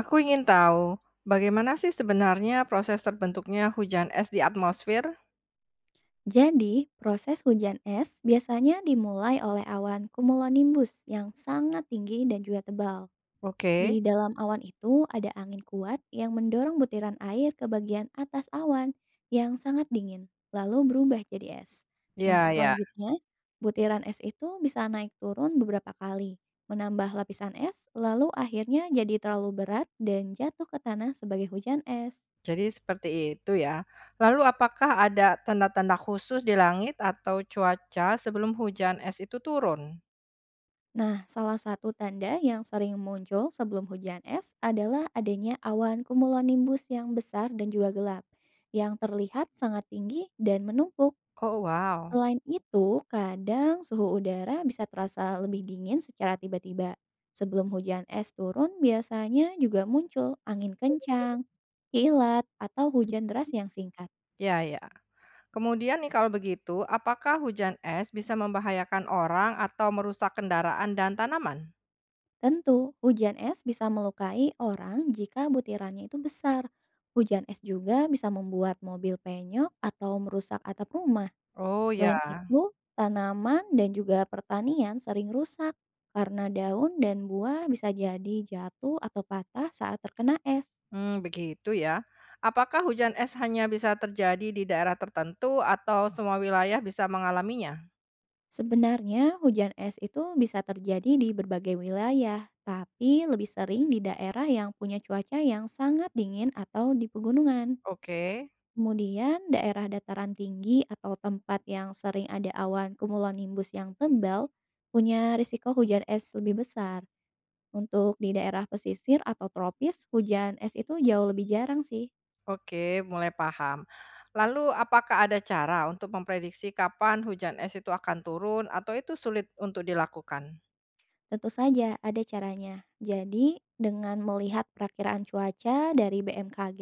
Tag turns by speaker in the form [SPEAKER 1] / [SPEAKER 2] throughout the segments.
[SPEAKER 1] Aku ingin tahu, bagaimana sih sebenarnya proses terbentuknya hujan es di atmosfer?
[SPEAKER 2] Jadi, proses hujan es biasanya dimulai oleh awan cumulonimbus yang sangat tinggi dan juga tebal. Di
[SPEAKER 1] Oke,
[SPEAKER 2] dalam awan itu ada angin kuat yang mendorong butiran air ke bagian atas awan yang sangat dingin, lalu berubah jadi es. Nah,
[SPEAKER 1] ya, ya.
[SPEAKER 2] selanjutnya butiran es itu bisa naik turun beberapa kali, menambah lapisan es, lalu akhirnya jadi terlalu berat dan jatuh ke tanah sebagai hujan es.
[SPEAKER 1] Jadi seperti itu ya. Lalu apakah ada tanda-tanda khusus di langit atau cuaca sebelum hujan es itu turun?
[SPEAKER 2] Nah, salah satu tanda yang sering muncul sebelum hujan es adalah adanya awan cumulonimbus yang besar dan juga gelap, yang terlihat sangat tinggi dan menumpuk.
[SPEAKER 1] Oh wow,
[SPEAKER 2] Selain itu, kadang suhu udara bisa terasa lebih dingin secara tiba-tiba. Sebelum hujan es turun, biasanya juga muncul angin kencang, kilat, atau hujan deras yang singkat.
[SPEAKER 1] ya, ya. Kemudian nih kalau begitu, apakah hujan es bisa membahayakan orang atau merusak kendaraan dan tanaman?
[SPEAKER 2] Tentu, hujan es bisa melukai orang jika butirannya itu besar. Hujan es juga bisa membuat mobil penyok atau merusak atap rumah.
[SPEAKER 1] Oh ya.
[SPEAKER 2] Selain itu, tanaman dan juga pertanian sering rusak karena daun dan buah bisa jadi jatuh atau patah saat terkena es.
[SPEAKER 1] Hmm begitu ya. Apakah hujan es hanya bisa terjadi di daerah tertentu atau semua wilayah bisa mengalaminya?
[SPEAKER 2] Sebenarnya, hujan es itu bisa terjadi di berbagai wilayah, tapi lebih sering di daerah yang punya cuaca yang sangat dingin atau di pegunungan.
[SPEAKER 1] Oke,
[SPEAKER 2] Kemudian daerah dataran tinggi atau tempat yang sering ada awan cumulonimbus yang tebal punya risiko hujan es lebih besar. Untuk di daerah pesisir atau tropis, hujan es itu jauh lebih jarang sih.
[SPEAKER 1] oke, mulai paham. Lalu apakah ada cara untuk memprediksi kapan hujan es itu akan turun atau itu sulit untuk dilakukan?
[SPEAKER 2] Tentu saja ada caranya. Jadi, dengan melihat perakiraan cuaca dari BMKG,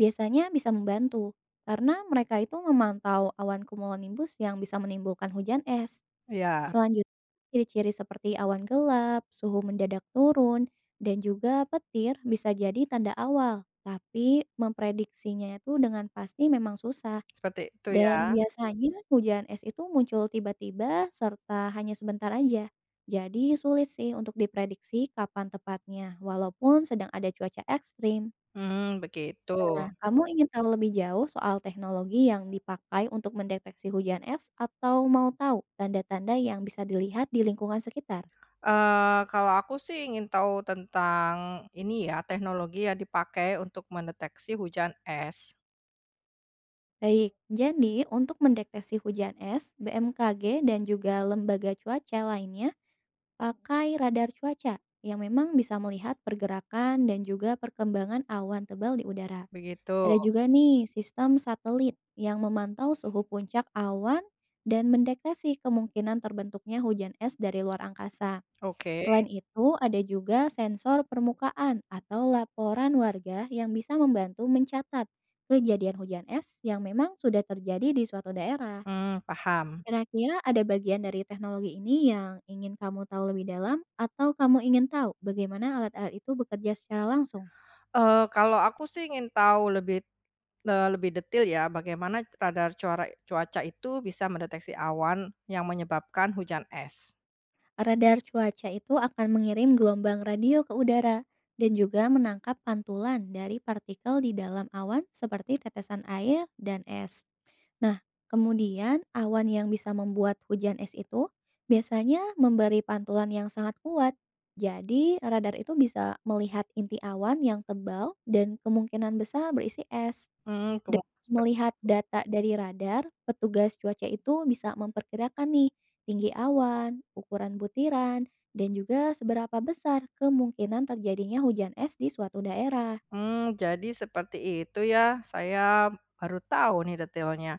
[SPEAKER 2] biasanya bisa membantu. Karena mereka itu memantau awan cumulonimbus yang bisa menimbulkan hujan es.
[SPEAKER 1] Ya,
[SPEAKER 2] Selanjutnya, ciri-ciri seperti awan gelap, suhu mendadak turun, dan juga petir bisa jadi tanda awal. Tapi memprediksinya itu dengan pasti memang susah.
[SPEAKER 1] seperti itu
[SPEAKER 2] Dan
[SPEAKER 1] ya.
[SPEAKER 2] biasanya hujan es itu muncul tiba-tiba serta hanya sebentar aja. Jadi sulit sih untuk diprediksi kapan tepatnya, walaupun sedang ada cuaca ekstrim.
[SPEAKER 1] Hmm begitu.
[SPEAKER 2] Nah, kamu ingin tahu lebih jauh soal teknologi yang dipakai untuk mendeteksi hujan es atau mau tahu tanda-tanda yang bisa dilihat di lingkungan sekitar?
[SPEAKER 1] Kalau aku sih ingin tahu tentang ini ya, teknologi yang dipakai untuk mendeteksi hujan es,
[SPEAKER 2] Baik, jadi untuk mendeteksi hujan es, BMKG dan juga lembaga cuaca lainnya pakai radar cuaca yang memang bisa melihat pergerakan dan juga perkembangan awan tebal di udara.
[SPEAKER 1] begitu.
[SPEAKER 2] Ada juga nih sistem satelit yang memantau suhu puncak awan dan mendeteksi kemungkinan terbentuknya hujan es dari luar angkasa.
[SPEAKER 1] Oke.
[SPEAKER 2] Selain itu, ada juga sensor permukaan atau laporan warga yang bisa membantu mencatat kejadian hujan es yang memang sudah terjadi di suatu daerah.
[SPEAKER 1] Hmm paham.
[SPEAKER 2] Kira-kira ada bagian dari teknologi ini yang ingin kamu tahu lebih dalam atau kamu ingin tahu bagaimana alat-alat itu bekerja secara langsung?
[SPEAKER 1] Kalau aku sih ingin tahu lebih, lebih detail ya bagaimana radar cuaca itu bisa mendeteksi awan yang menyebabkan hujan es.
[SPEAKER 2] Radar cuaca itu akan mengirim gelombang radio ke udara dan juga menangkap pantulan dari partikel di dalam awan seperti tetesan air dan es. Nah, kemudian awan yang bisa membuat hujan es itu biasanya memberi pantulan yang sangat kuat. Jadi, radar itu bisa melihat inti awan yang tebal dan kemungkinan besar berisi es.
[SPEAKER 1] Mmm,
[SPEAKER 2] Dan
[SPEAKER 1] kemu
[SPEAKER 2] melihat data dari radar, petugas cuaca itu bisa memperkirakan nih tinggi awan, ukuran butiran, dan juga seberapa besar kemungkinan terjadinya hujan es di suatu daerah.
[SPEAKER 1] mmm, jadi seperti itu ya, saya baru tahu nih detailnya.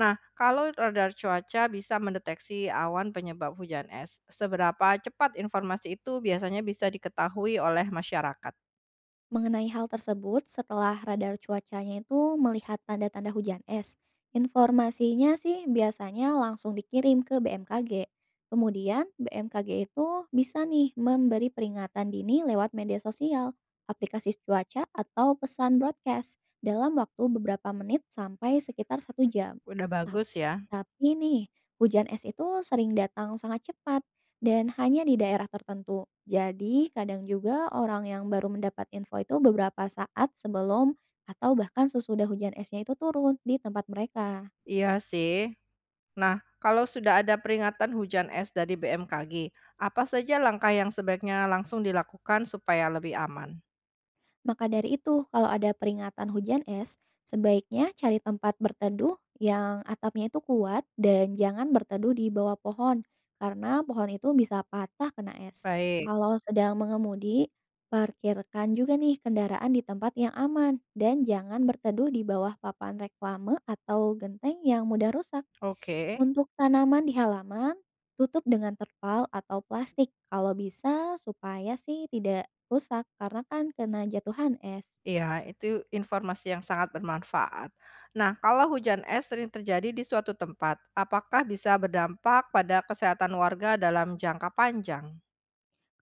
[SPEAKER 1] Nah, kalau radar cuaca bisa mendeteksi awan penyebab hujan es, seberapa cepat informasi itu biasanya bisa diketahui oleh masyarakat?
[SPEAKER 2] Mengenai hal tersebut, setelah radar cuacanya itu melihat tanda-tanda hujan es, informasinya sih biasanya langsung dikirim ke BMKG. Kemudian, BMKG itu bisa nih memberi peringatan dini lewat media sosial, aplikasi cuaca, atau pesan broadcast dalam waktu beberapa menit sampai sekitar 1 jam.
[SPEAKER 1] Udah
[SPEAKER 2] Tap-
[SPEAKER 1] bagus ya.
[SPEAKER 2] Tapi nih, hujan es itu sering datang sangat cepat dan hanya di daerah tertentu. Jadi, kadang juga orang yang baru mendapat info itu beberapa saat sebelum atau bahkan sesudah hujan esnya itu turun di tempat mereka.
[SPEAKER 1] Iya sih. Nah, kalau sudah ada peringatan hujan es dari BMKG, apa saja langkah yang sebaiknya langsung dilakukan supaya lebih aman?
[SPEAKER 2] Maka dari itu, kalau ada peringatan hujan es, sebaiknya cari tempat berteduh yang atapnya itu kuat dan jangan berteduh di bawah pohon, karena pohon itu bisa patah kena es.
[SPEAKER 1] Baik,
[SPEAKER 2] Kalau sedang mengemudi, parkirkan juga nih kendaraan di tempat yang aman dan jangan berteduh di bawah papan reklame atau genteng yang mudah rusak.
[SPEAKER 1] oke.
[SPEAKER 2] Untuk tanaman di halaman, tutup dengan terpal atau plastik kalau bisa supaya sih tidak rusak karena kan kena jatuhan es.
[SPEAKER 1] Iya, itu informasi yang sangat bermanfaat. Nah, kalau hujan es sering terjadi di suatu tempat, apakah bisa berdampak pada kesehatan warga dalam jangka panjang?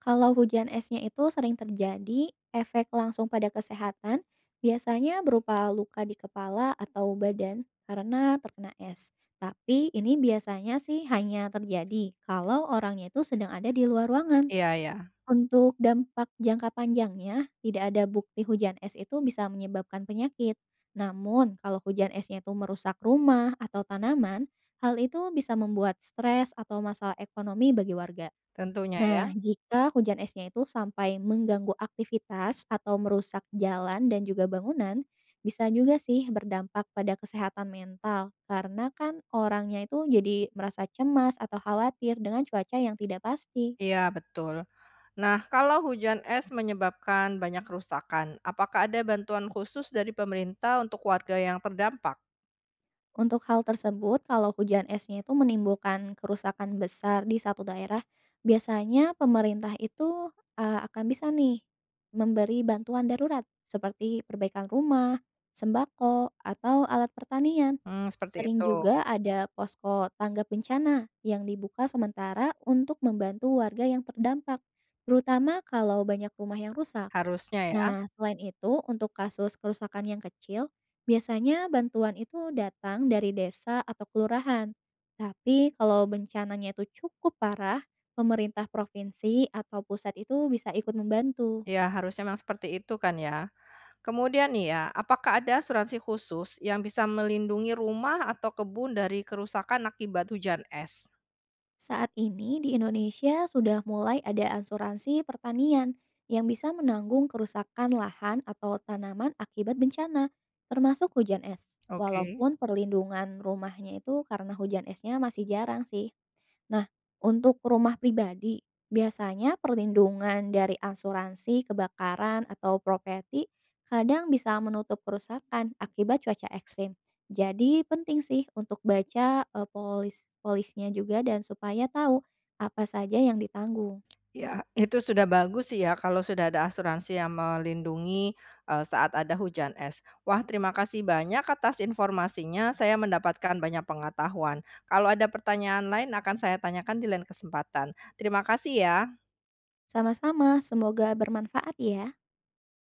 [SPEAKER 2] Kalau hujan esnya itu sering terjadi, efek langsung pada kesehatan biasanya berupa luka di kepala atau badan karena terkena es. Tapi ini biasanya sih hanya terjadi kalau orangnya itu sedang ada di luar ruangan.
[SPEAKER 1] Iya, ya,
[SPEAKER 2] Untuk dampak jangka panjangnya, tidak ada bukti hujan es itu bisa menyebabkan penyakit. Namun, kalau hujan esnya itu merusak rumah atau tanaman, hal itu bisa membuat stres atau masalah ekonomi bagi warga.
[SPEAKER 1] tentunya
[SPEAKER 2] Nah,
[SPEAKER 1] ya.
[SPEAKER 2] jika hujan esnya itu sampai mengganggu aktivitas atau merusak jalan dan juga bangunan, bisa juga sih berdampak pada kesehatan mental karena kan orangnya itu jadi merasa cemas atau khawatir dengan cuaca yang tidak pasti.
[SPEAKER 1] Iya, betul. Nah, kalau hujan es menyebabkan banyak kerusakan, apakah ada bantuan khusus dari pemerintah untuk warga yang terdampak?
[SPEAKER 2] Untuk hal tersebut, kalau hujan esnya itu menimbulkan kerusakan besar di satu daerah, biasanya pemerintah itu akan bisa nih memberi bantuan darurat seperti perbaikan rumah, sembako, atau alat pertanian.
[SPEAKER 1] Mmm, seperti
[SPEAKER 2] Sering
[SPEAKER 1] itu.
[SPEAKER 2] juga ada posko tanggap bencana yang dibuka sementara untuk membantu warga yang terdampak, terutama kalau banyak rumah yang rusak.
[SPEAKER 1] Harusnya ya.
[SPEAKER 2] Nah, selain itu, untuk kasus kerusakan yang kecil, biasanya bantuan itu datang dari desa atau kelurahan. Tapi kalau bencananya itu cukup parah, pemerintah provinsi atau pusat itu bisa ikut membantu.
[SPEAKER 1] Ya harusnya memang seperti itu kan ya. Kemudian nih ya, apakah ada asuransi khusus yang bisa melindungi rumah atau kebun dari kerusakan akibat hujan es?
[SPEAKER 2] Saat ini di Indonesia sudah mulai ada asuransi pertanian yang bisa menanggung kerusakan lahan atau tanaman akibat bencana, termasuk hujan es.
[SPEAKER 1] Oke.
[SPEAKER 2] Walaupun perlindungan rumahnya itu karena hujan esnya masih jarang sih. Nah, untuk rumah pribadi, biasanya perlindungan dari asuransi kebakaran atau properti kadang bisa menutup kerusakan akibat cuaca ekstrim. Jadi penting sih untuk baca polisnya juga dan supaya tahu apa saja yang ditanggung.
[SPEAKER 1] Ya, itu sudah bagus sih ya kalau sudah ada asuransi yang melindungi, saat ada hujan es. Wah, terima kasih banyak atas informasinya, saya mendapatkan banyak pengetahuan. Kalau ada pertanyaan lain akan saya tanyakan di lain kesempatan. Terima kasih ya.
[SPEAKER 2] Sama-sama, semoga bermanfaat ya.